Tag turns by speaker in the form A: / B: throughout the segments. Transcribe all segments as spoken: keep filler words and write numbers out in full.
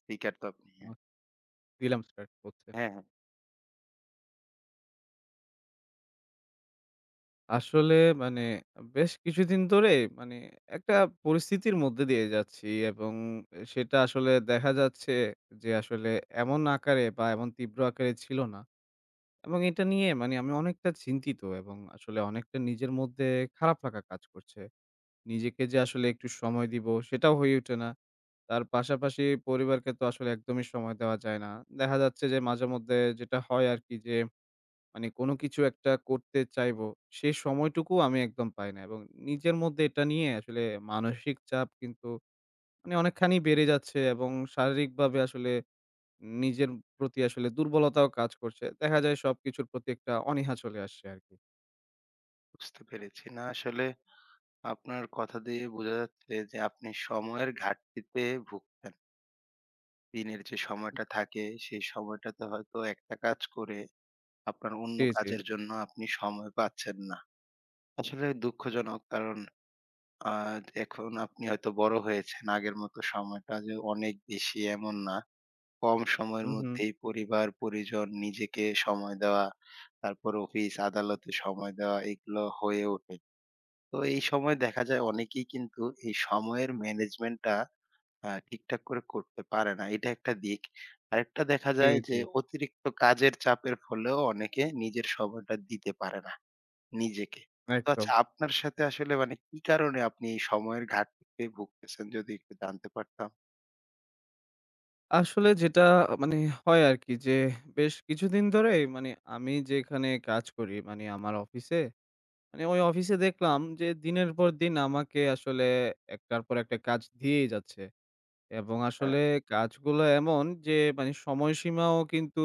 A: Speaker তো আপনি
B: আ
A: হ্যাঁ,
B: দিলাম স্টার্ট করতে।
A: হ্যাঁ, হ্যাঁ,
B: আসলে মানে বেশ কিছুদিন ধরে মানে একটা পরিস্থিতির মধ্যে দিয়ে যাচ্ছি, এবং সেটা আসলে দেখা যাচ্ছে যে আসলে এমন আকারে বা এমন তীব্র আকারে ছিল না। এবং এটা নিয়ে মানে আমি অনেকটা চিন্তিত, এবং আসলে অনেকটা নিজের মধ্যে খারাপ লাগা কাজ করছে। নিজেকে যে আসলে একটু সময় দিব, সেটাও হয়ে ওঠে না। তার পাশাপাশি পরিবারকে তো আসলে একদমই সময় দেওয়া যায় না। দেখা যাচ্ছে যে মাঝেমধ্যে যেটা হয় আরকি, যে মানে কোনো কিছু একটা করতে চাইবো, সে সময়টুকু আমি একদম পাই না, এবং নিজের মধ্যে এটা নিয়ে আসলে মানসিক চাপ কিন্তু মানে অনেকখানি বেড়ে যাচ্ছে, এবং শারীরিকভাবে আসলে নিজের প্রতি আসলে দুর্বলতাও কাজ করছে। দেখা যায় সবকিছুর প্রতি একটা অনীহা চলে আসছে আরকি।
A: বুঝতে পেরেছি। না আসলে আপনার কথা দিয়ে বোঝা যাচ্ছে যে আপনি সময়ের ঘাটতিতে ভুগছেন। দিনের যে সময়টা থাকে সেই সময়টাতে হয়তো একটা কাজ করে আপনার অন্য
B: জি, জি।
A: কাজের জন্য আপনি সময় পাচ্ছেন না। আসলে দুঃখজনক কারণ আ এখন আপনি হয়তো বড় হয়েছেন। আগের মতো সময়টা যে অনেক বেশি এমন না। কম
B: হু,
A: সময়ের
B: হু।
A: মধ্যেই পরিবার, পরিজন, নিজেকে সময় দেওয়া, তারপর অফিস, আদালতে সময় দেওয়া এগুলো হয়ে ওঠে। তো এই সময় দেখা যায় অনেকেই কিন্তু এই সময়ের ম্যানেজমেন্টটা আ ঠিকঠাক করে করতে পারে না। এটা একটা দিক। আরেকটা দেখা
B: জি,
A: যায়
B: জি।
A: যে অতিরিক্ত কাজের চাপের ফলেও অনেকে নিজের সময়টা দিতে পারে না নিজেকে। তো
B: একদম।
A: আচ্ছা আপনার সাথে আসলে মানে কি কারণে আপনি এই সময়ের ঘাটতিতে ভুগতেছেন যদি একটু জানতে পারতাম?
B: আসলে যেটা মানে হয় আরকি, যে বেশ কিছুদিন ধরেই মানে আমি যেখানে কাজ করি, মানে আমার অফিসে, মানে ওই অফিসে দেখলাম যে দিনের পর দিন আমাকে আসলে একটার পর একটা কাজ দিয়েই যাচ্ছে। এবং
A: হ্যাঁ।
B: আসলে কাজগুলো এমন যে মানে সময়সীমাও কিন্তু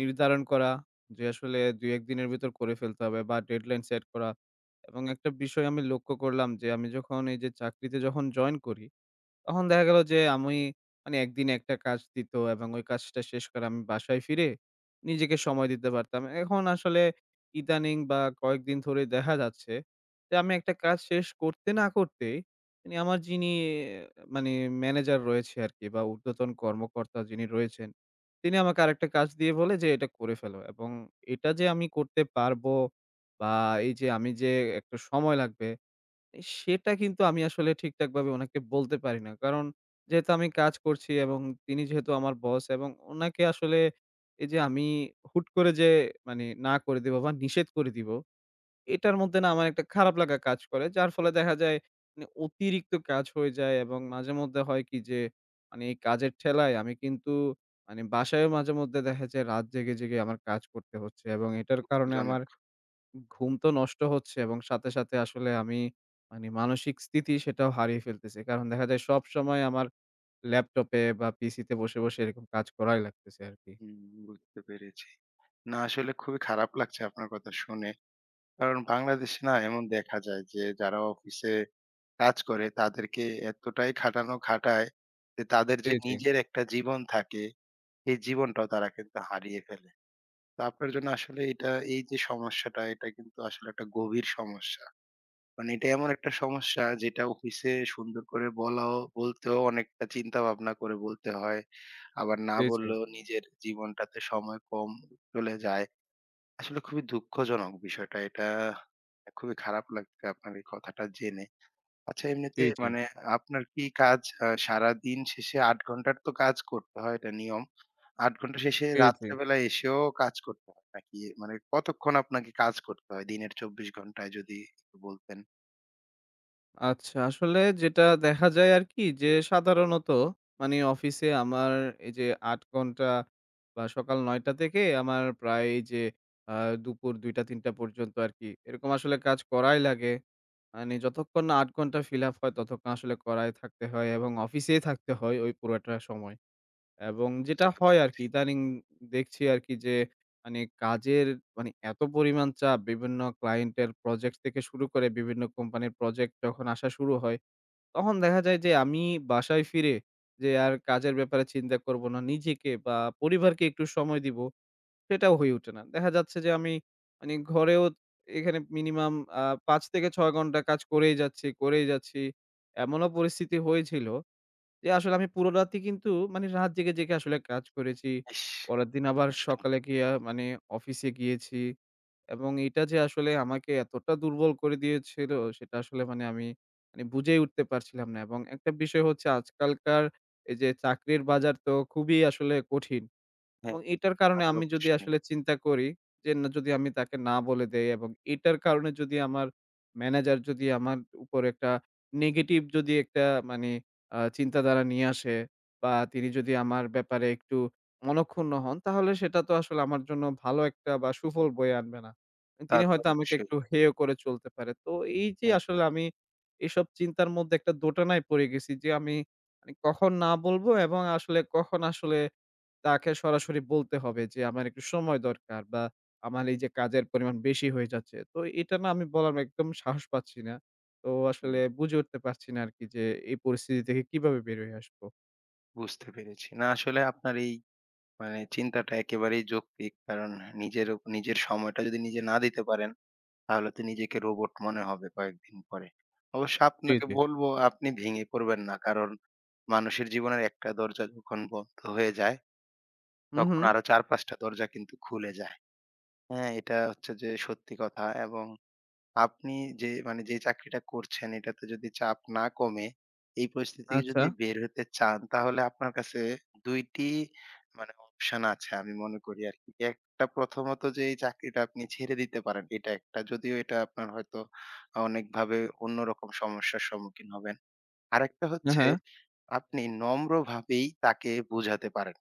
B: নির্ধারণ করা, যে আসলে দুই এক দিনের ভিতর করে ফেলতে হবে বা ডেডলাইন সেট করা। এবং একটা বিষয় আমি লক্ষ্য করলাম, যে আমি যখন এই যে চাকরিতে যখন জয়েন করি, তখন দেখা গেল যে আমি মানে একদিন একটা কাজ দিত, এবং ওই কাজটা শেষ করে আমি বাসায় ফিরে নিজেকে সময় দিতে পারতাম। এখন আসলে ইদানিং বা কয়েকদিন ধরে দেখা যাচ্ছে যে আমি একটা কাজ শেষ করতে না করতেই মানে আমার যিনি আহ, মানে ম্যানেজার রয়েছে আরকি, বা ঊর্ধ্বতন কর্মকর্তা যিনি রয়েছেন, তিনি আমাকে আরেকটা কাজ দিয়ে বলে যে এটা করে ফেলো। এবং এটা যে আমি করতে পারবো বা এই যে আমি যে একটা সময় লাগবে, সেটা কিন্তু আমি আসলে ঠিকঠাকভাবে ওনাকে বলতে পারি না। কারণ যেহেতু আমি কাজ করছি, এবং তিনি যেহেতু আমার বস, এবং ওনাকে আসলে এই যে আমি হুট করে যে মানে না করে দিব বা নিষেধ করে দিব, এটার মধ্যে না আমার একটা খারাপ লাগা কাজ করে। যার ফলে দেখা যায় মানে অতিরিক্ত কাজ হয়ে যায়, এবং মাঝেমধ্যে হয় কি, যে মানে এই কাজের ঠেলায় আমি কিন্তু মানে বাসায়ও মাঝেমধ্যে দেখা যায় রাত জেগে, জেগে আমার কাজ করতে হচ্ছে, এবং এটার কারণে আমার
A: দুঃখজনক।
B: ঘুম তো নষ্ট হচ্ছে, এবং সাথে, সাথে আসলে আমি মানে মানসিক স্থিতি সেটাও হারিয়ে ফেলতেছি। কারণ দেখা যায় সবসময় আমার ল্যাপটপে বা পিসিতে বসে, বসে এরকম কাজ করাই লাগতেছে আরকি।
A: হুম, বুঝতে পেরেছি। না আসলে খুবই খারাপ লাগছে আপনার কথা শুনে। কারণ বাংলাদেশে না এমন দেখা যায় যে যারা অফিসে কাজ করে তাদেরকে এতটাই খাটানো খাটায় যে তাদের
B: জি,
A: যে
B: জি,
A: নিজের একটা জীবন থাকে এই জীবনটাও তারা কিন্তু হারিয়ে ফেলে। তো আপনার জন্য আসলে এটা এই যে সমস্যাটা এটা কিন্তু আসলে একটা গভীর সমস্যা। মানে এটা এমন একটা সমস্যা যেটা অফিসে সুন্দর করে বলাও বলতেও অনেকটা চিন্তা ভাবনা করে বলতে হয়। আবার না
B: জি, জি,
A: বললেও নিজের জীবনটাতে সময় কম চলে যায়। আসলে খুবই দুঃখজনক বিষয়টা। এটা খুবই খারাপ লাগছে আপনার এই কথাটা জেনে। আচ্ছা
B: জি,
A: এমনিতে
B: জি,
A: মানে আপনার কি কাজ আ সারাদিন শেষে আট ঘন্টার তো কাজ করতে হয় এটা নিয়ম। আট ঘন্টা শেষে
B: জি, জি।
A: রাত্রেবেলা এসেও কাজ করতে হয় নাকি? মানে কতক্ষণ আপনাকে কাজ করতে হয় দিনের চব্বিশ ঘন্টায় যদি একটু বলতেন?
B: আচ্ছা, আসলে যেটা দেখা যায় আরকি, যে সাধারণত মানে অফিসে আমার এই যে আট ঘন্টা বা সকাল নয় টা থেকে আমার প্রায় এই যে আ দুপুর দুই টা তিন টা পর্যন্ত আরকি এরকম আসলে কাজ করাই লাগে। মানে যতক্ষণ না আট ঘন্টা fill up হয়, ততক্ষণ আসলে করায় থাকতে হয়, এবং অফিসেই থাকতে হয় ওই পুরোটা সময়। এবং যেটা
A: বুঝতে
B: হয় আরকি
A: পেরেছি।
B: ইদানিং দেখছি আরকি যে মানে কাজের মানে এত পরিমাণ চাপ বিভিন্ন ক্লায়েন্টের প্রজেক্ট থেকে শুরু করে বিভিন্ন কোম্পানির প্রজেক্ট যখন আসা শুরু হয়, তখন দেখা যায় যে আমি বাসায় ফিরে যে আর কাজের ব্যাপারে চিন্তা করব না। নিজেকে বা পরিবারকে একটু সময় দিব। সেটাও হয়ে ওঠে না। দেখা যাচ্ছে যে আমি মানে ঘরেও এখানে মিনিমাম আ পাঁচ থেকে ছয় ঘন্টা কাজ করেই যাচ্ছি, করেই যাচ্ছি। এমনও পরিস্থিতি হয়েছিল যে আসলে আমি পুরো রাতই কিন্তু মানে রাত জেগে, জেগে আসলে কাজ করেছি।
A: ইস!
B: পরের দিন
A: কি
B: আবার
A: কষ্ট।
B: সকালে গিয়া মানে অফিসে গিয়েছি, এবং এটা যে আসলে আমাকে এতটা দুর্বল করে দিয়েছিল, সেটা আসলে মানে আমি মানে বুঝেই উঠতে পারছিলাম না, এবং একটা বিষয় হচ্ছে আজকালকার এই যে চাকরির বাজার তো খুবই আসলে কঠিন। এবং
A: হ্যাঁ,
B: এটার
A: তা
B: কারণে
A: তো
B: আমি যদি
A: অবশ্যই।
B: আসলে চিন্তা করি যে না, যদি আমি তাকে না বলে দেই, এবং এটার কারণে যদি আমার ম্যানেজার যদি আমার উপর একটা নেগেটিভ যদি একটা মানে আ চিন্তাধারা নিয়ে আসে, বা তিনি যদি আমার ব্যাপারে একটু মনঃক্ষুণ্ণ হন, তাহলে সেটা তো আসলে আমার জন্য ভালো একটা বা সুফল বয়ে আনবে না।
A: তা
B: তিনি
A: তো
B: হয়তো আমাকে
A: অবশ্যই।
B: একটু হেয় করে চলতে পারে। তো এই যে
A: হ্যাঁ,
B: আসলে আমি এসব চিন্তার মধ্যে একটা দোটানায় পড়ে গেছি যে আমি মানে কখন না বলবো, এবং আসলে কখন আসলে তাকে সরাসরি বলতে হবে যে, "আমার একটু সময় দরকার, বা আমার এই যে কাজের পরিমাণ বেশি হয়ে যাচ্ছে।" তো এটা না আমি বলার একদম সাহস পাচ্ছি না। তো
A: হুম,
B: আসলে বুঝে উঠতে পারছি না আরকি, যে এই পরিস্থিতি থেকে কিভাবে বের হয়ে আসবো?
A: বুঝতে পেরেছি। না আসলে আপনার এই মানে চিন্তাটা একেবারেই যৌক্তিক। কারণ নিজের উপ নিজের সময়টা যদি নিজে না দিতে পারেন তাহলে তো নিজেকে রোবট মনে হবে কয়েকদিন পরে। অবশ্য
B: জি,
A: আপনাকে
B: জি।
A: বলব আপনি ভেঙে পড়বেন না। কারণ মানুষের জীবনের একটা দরজা যখন বন্ধ হয়ে যায়
B: হু,
A: তখন
B: হুম।
A: আরো চার পাঁচ টা দরজা কিন্তু খুলে যায়। হ্যাঁ? এটা হচ্ছে যে সত্যি কথা এবং আপনি যে মানে যে চাকরিটা করছেন এটাতে যদি চাপ না কমে, এই পরিস্থিতি থেকে
B: আচ্ছা।
A: যদি বের হতে চান তাহলে আপনার কাছে দুই টি মানে অপশন আছে আমি মনে করি আরকি। একটা প্রথমত যে এই চাকরিটা আপনি ছেড়ে দিতে পারেন এটা একটা। যদিও এটা আপনার হয়তো অনেকভাবে অন্যরকম সমস্যার সম্মুখীন হবেন। আরেকটা
B: হ্যাঁ,
A: হচ্ছে
B: হ্যাঁ।
A: আপনি নম্রভাবেই তাকে বোঝাতে পারেন।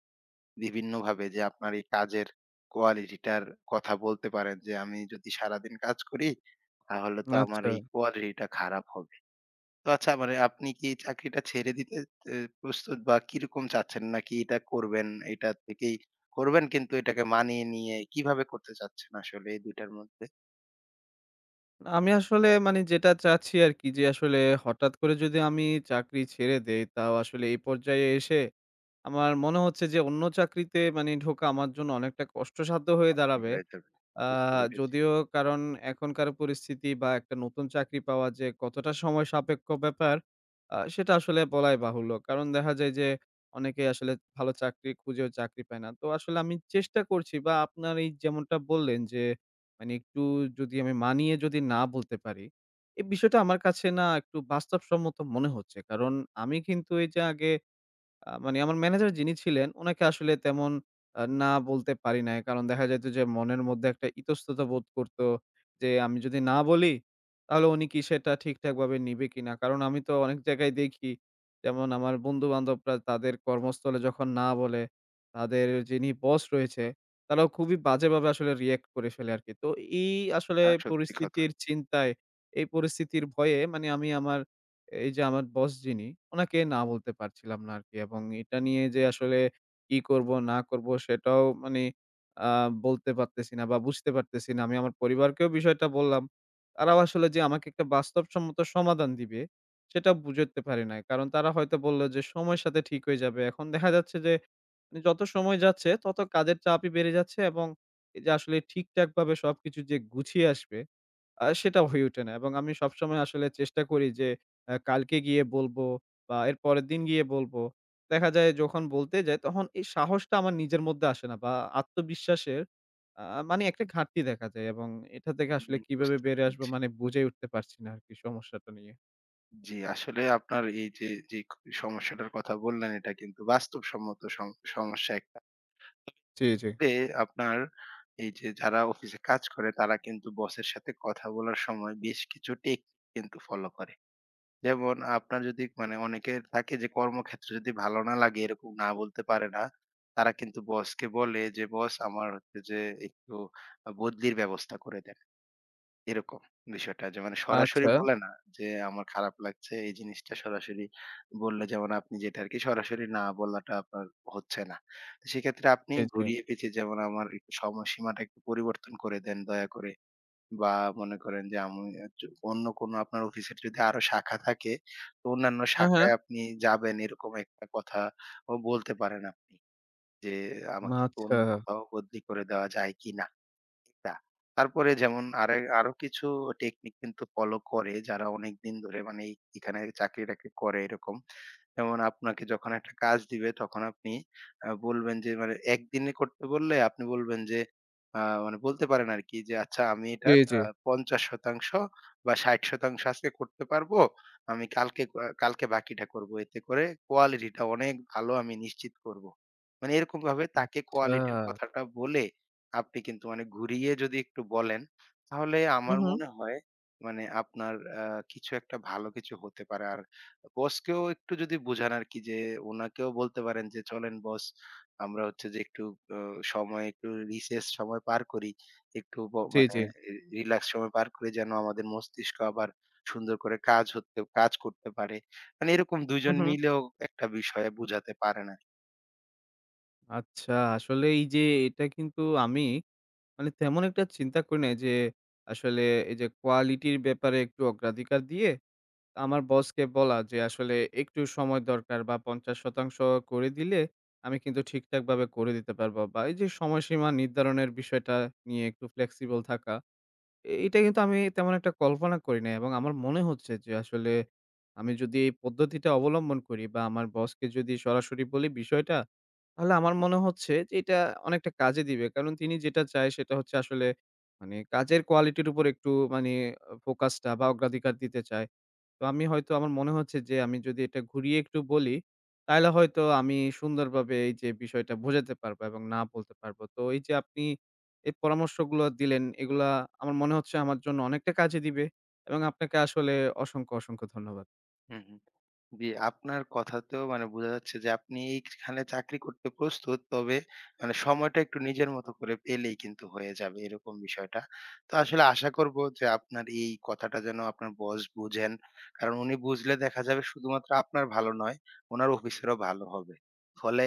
A: বিভিন্নভাবে যে আপনার এই কাজের কোয়ালিটিটার কথা বলতে পারেন যে, "আমি যদি সারাদিন কাজ করি, তাহলে তো আমার
B: আচ্ছা।
A: এই কোয়ালিটিটা খারাপ হবে।" তো আচ্ছা মানে আপনি কি এই চাকরিটা ছেড়ে দিতে এ প্রস্তুত বা কিরকম চাচ্ছেন? নাকি এটা করবেন, এটা থেকেই করবেন কিন্তু এটাকে মানিয়ে নিয়ে কিভাবে করতে চাচ্ছেন আসলে এই দুই টার মধ্যে?
B: না, আমি আসলে মানে যেটা চাচ্ছি আরকি, যে আসলে হঠাৎ করে যদি আমি চাকরি ছেড়ে দেই, তাও আসলে এই পর্যায়ে এসে আমার মনে হচ্ছে যে অন্য চাকরিতে মানে ঢোকা আমার জন্য অনেকটা কষ্টসাধ্য হয়ে
A: কষ্ট
B: দাঁড়াবে।
A: হয়ে যাবে।
B: আ
A: বুঝতে পেরেছি।
B: যদিও কারণ এখনকার পরিস্থিতি বা একটা নতুন চাকরি পাওয়া যে কতটা সময় সাপেক্ষ ব্যাপার, আ সেটা আসলে বলাই বাহুল্য। কারণ দেখা যায় যে অনেকেই আসলে ভালো চাকরি খুঁজেও চাকরি পায় না। তো আসলে আমি চেষ্টা করছি, বা আপনার এই যেমনটা বললেন যে মানে একটু যদি আমি মানিয়ে যদি না বলতে পারি, এই বিষয়টা আমার কাছে না একটু বাস্তবসম্মত মনে হচ্ছে। কারণ আমি কিন্তু এই যে আগে আ মানে আমার ম্যানেজার যিনি ছিলেন, উনাকে আসলে তেমন আ না বলতে পারি নাই। কারণ দেখা যাইত যে মনের মধ্যে একটা ইতস্ততা বোধ করত যে, আমি যদি না বলি, তাহলে উনি কি সেটা ঠিকঠাকভাবে নিবে কিনা? কারণ আমি তো অনেক জায়গায় দেখি, যেমন আমার বন্ধু-বান্ধবরা তাদের কর্মস্থলে যখন না বলে, তাদের যিনি বস রয়েছে, তারাও খুবই বাজেভাবে আসলে রিঅ্যাক্ট করে ফেলে আরকি। তো এই আসলে
A: না সত্যি কথা।
B: পরিস্থিতির চিন্তায়, এই পরিস্থিতির ভয়ে মানে আমি আমার এই যে আমার বস যিনি, উনাকে না বলতে পারছিলাম না আরকি। এবং এটা নিয়ে যে আসলে কি করব না করব, সেটাও মানে আ বলতে পারতেছি না বা বুঝতে পারতেছি না। আমি আমার পরিবারকেও বিষয়টা বললাম। তারাও আসলে যে আমাকে একটা বাস্তবসম্মত সমাধান দিবে, সেটা বুঝতে পারি নাই। কারণ তারা হয়তো বলল যে সময়ের সাথে ঠিক হয়ে যাবে। এখন দেখা যাচ্ছে যে মানে যত সময় যাচ্ছে তত কাজের চাপই বেড়ে যাচ্ছে, এবং এই যে আসলে ঠিকঠাকভাবে সবকিছু যে গুছিয়ে আসবে, আ সেটা হয়ে ওঠে না, এবং আমি সবসময় আসলে চেষ্টা করি যে অ্যা কালকে গিয়ে বলবো বা এর পরের দিন গিয়ে বলবো। দেখা যায় যখন বলতে যাই তখন এই সাহসটা আমার নিজের মধ্যে আসে না, বা আত্মবিশ্বাসের আ মানে একটা ঘাটতি দেখা যায়, এবং এটা থেকে আসলে
A: হুম,
B: কিভাবে
A: বুঝতে
B: বেড়ে আসবো
A: পেরেছি।
B: মানে বুঝে উঠতে পারছি না আরকি সমস্যাটা নিয়ে।
A: জি, আসলে আপনার এই যে, যে ক সমস্যাটার কথা বললেন এটা কিন্তু বাস্তবসম্মত সম সমস্যা একটা।
B: জি, জি।
A: যে আপনার এই যে যারা অফিসে কাজ করে তারা কিন্তু বসের সাথে কথা বলার সময় বেশ কিছু টেক কিন্তু ফলো করে। যেমন আপনার যদি মানে অনেকের থাকে যে কর্মক্ষেত্রে যদি ভালো না লাগে এরকম না বলতে পারে না। তারা কিন্তু বসকে বলে যে, "বস আমার হচ্ছে যে একটু আ বদলির ব্যবস্থা করে দেন।" এরকম বিষয়টা যে মানে সরাসরি
B: আচ্ছা।
A: বলে না যে আমার খারাপ লাগছে এই জিনিসটা সরাসরি বললে যেমন আপনি যেটা আরকি সরাসরি না বলাটা আপনার হচ্ছে না। তো সেক্ষেত্রে আপনি
B: জি, জি।
A: ঘুরিয়ে পেঁচিয়ে যেমন আমার একটু সময়সীমাটা একটু পরিবর্তন করে দেন দয়া করে। বা মনে করেন যে আমি আ য অন্য কোনো আপনার অফিসের যদি আরো শাখা থাকে তো অন্যান্য
B: হ্যাঁ, হ্যাঁ।
A: শাখায় আপনি যাবেন এরকম একটা কথা ও বলতে পারেন আপনি। যে আমাকে
B: আচ্ছা।
A: অন্য কোথাও বদলি করে দেওয়া যায় কিনা? না। তারপরে যেমন আরে আরো কিছু টেকনিক কিন্তু ফলো করে যারা অনেকদিন ধরে মানে এই এখানে চাকরি-টাকরি করে এরকম। যেমন আপনাকে যখন একটা কাজ দিবে তখন আপনি আ বলবেন যে মানে একদিনে করতে বললে আপনি বলবেন যে আ মানে বলতে পারেন আরকি যে আচ্ছা আমি
B: জি,
A: এটার
B: জি।
A: আ পঞ্চাশ পারসেন্ট বা ষাট পারসেন্ট আজকে করতে পারবো। আমি কালকে আ কালকে বাকিটা করবো। এতে করে কোয়ালিটিটা অনেক ভালো আমি নিশ্চিত করবো। মানে এরকমভাবে তাকে
B: আচ্ছা।
A: কোয়ালিটির কথাটা বলে আপনি কিন্তু মানে ঘুরিয়ে যদি একটু বলেন, তাহলে
B: হু,
A: আমার
B: হু।
A: মনে হয় মানে আপনার আ কিছু একটা ভালো কিছু হতে পারে। আর বসকেও একটু যদি বুঝান আরকি যে উনাকেও বলতে পারেন যে, "চলেন বস আমরা হচ্ছে যে একটু অ সময় একটু রিসেস সময় পার করি। একটু ব
B: জি,
A: মানে
B: জি।
A: রিল্যাক্স সময় পার করে যেন আমাদের মস্তিষ্ক আবার সুন্দর করে কাজ হতে কাজ করতে পারে।" মানে এরকম দুই
B: হু,
A: জন
B: হু।
A: মিলেও একটা বিষয়ে বুঝাতে পারেন আরকি।
B: আচ্ছা, আসলে এই যে এটা কিন্তু আমি মানে তেমন একটা চিন্তা করি নাই যে, আসলে এই যে কোয়ালিটির ব্যাপারে একটু অগ্রাধিকার দিয়ে আমার বসকে বলা যে, "আসলে একটু সময় দরকার, বা পঞ্চাশ পার্সেন্ট করে দিলে আমি কিন্তু ঠিকঠাকভাবে করে দিতে পারবো।" বা এই যে সময়সীমা নির্ধারণের বিষয়টা নিয়ে একটু ফ্লেক্সিবল থাকা। এটা কিন্তু আমি তেমন একটা কল্পনা করি নাই, এবং আমার মনে হচ্ছে যে আসলে আমি যদি এই পদ্ধতিটা অবলম্বন করি বা আমার বসকে যদি সরাসরি বলি বিষয়টা, তাহলে আমার মনে হচ্ছে যে এটা অনেকটা কাজে দিবে। কারণ তিনি যেটা চায় সেটা হচ্ছে আসলে মানে কাজের কোয়ালিটির উপর একটু মানে ফোকাসটা বা অগ্রাধিকার দিতে চায়। তো আমি হয়তো আমার মনে হচ্ছে যে আমি যদি এটা ঘুরিয়ে একটু বলি, তাহলে হয়তো আমি সুন্দরভাবে এই যে বিষয়টা বোঝাতে পারবো, এবং না বলতে পারবো। তো এই যে আপনি এই পরামর্শগুলো দিলেন, এগুলা আমার মনে হচ্ছে আমার জন্য অনেকটা কাজে দিবে, এবং আপনাকে আসলে অসংখ্য, অসংখ্য ধন্যবাদ।
A: হুম, হুম। জি, আপনার কথাতেও মানে বোঝা যাচ্ছে যে আপনি এইখানে চাকরি করতে প্রস্তুত। তবে মানে সময়টা একটু নিজের মতো করে পেলেই কিন্তু হয়ে যাবে এরকম বিষয়টা। তো আসলে আশা করব যে আপনার এই কথাটা যেন আপনার বস বুঝেন। কারণ উনি বুঝলে দেখা যাবে শুধুমাত্র আপনার ভালো নয়, উনার অফিসেরও ভালো হবে। ফলে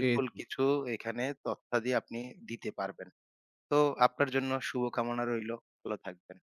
B: জি, জি।
A: কিছু এখানে তথ্যাদি আপনি দিতে পারবেন। তো আপনার জন্য শুভকামনা রইলো। ভালো থাকবেন।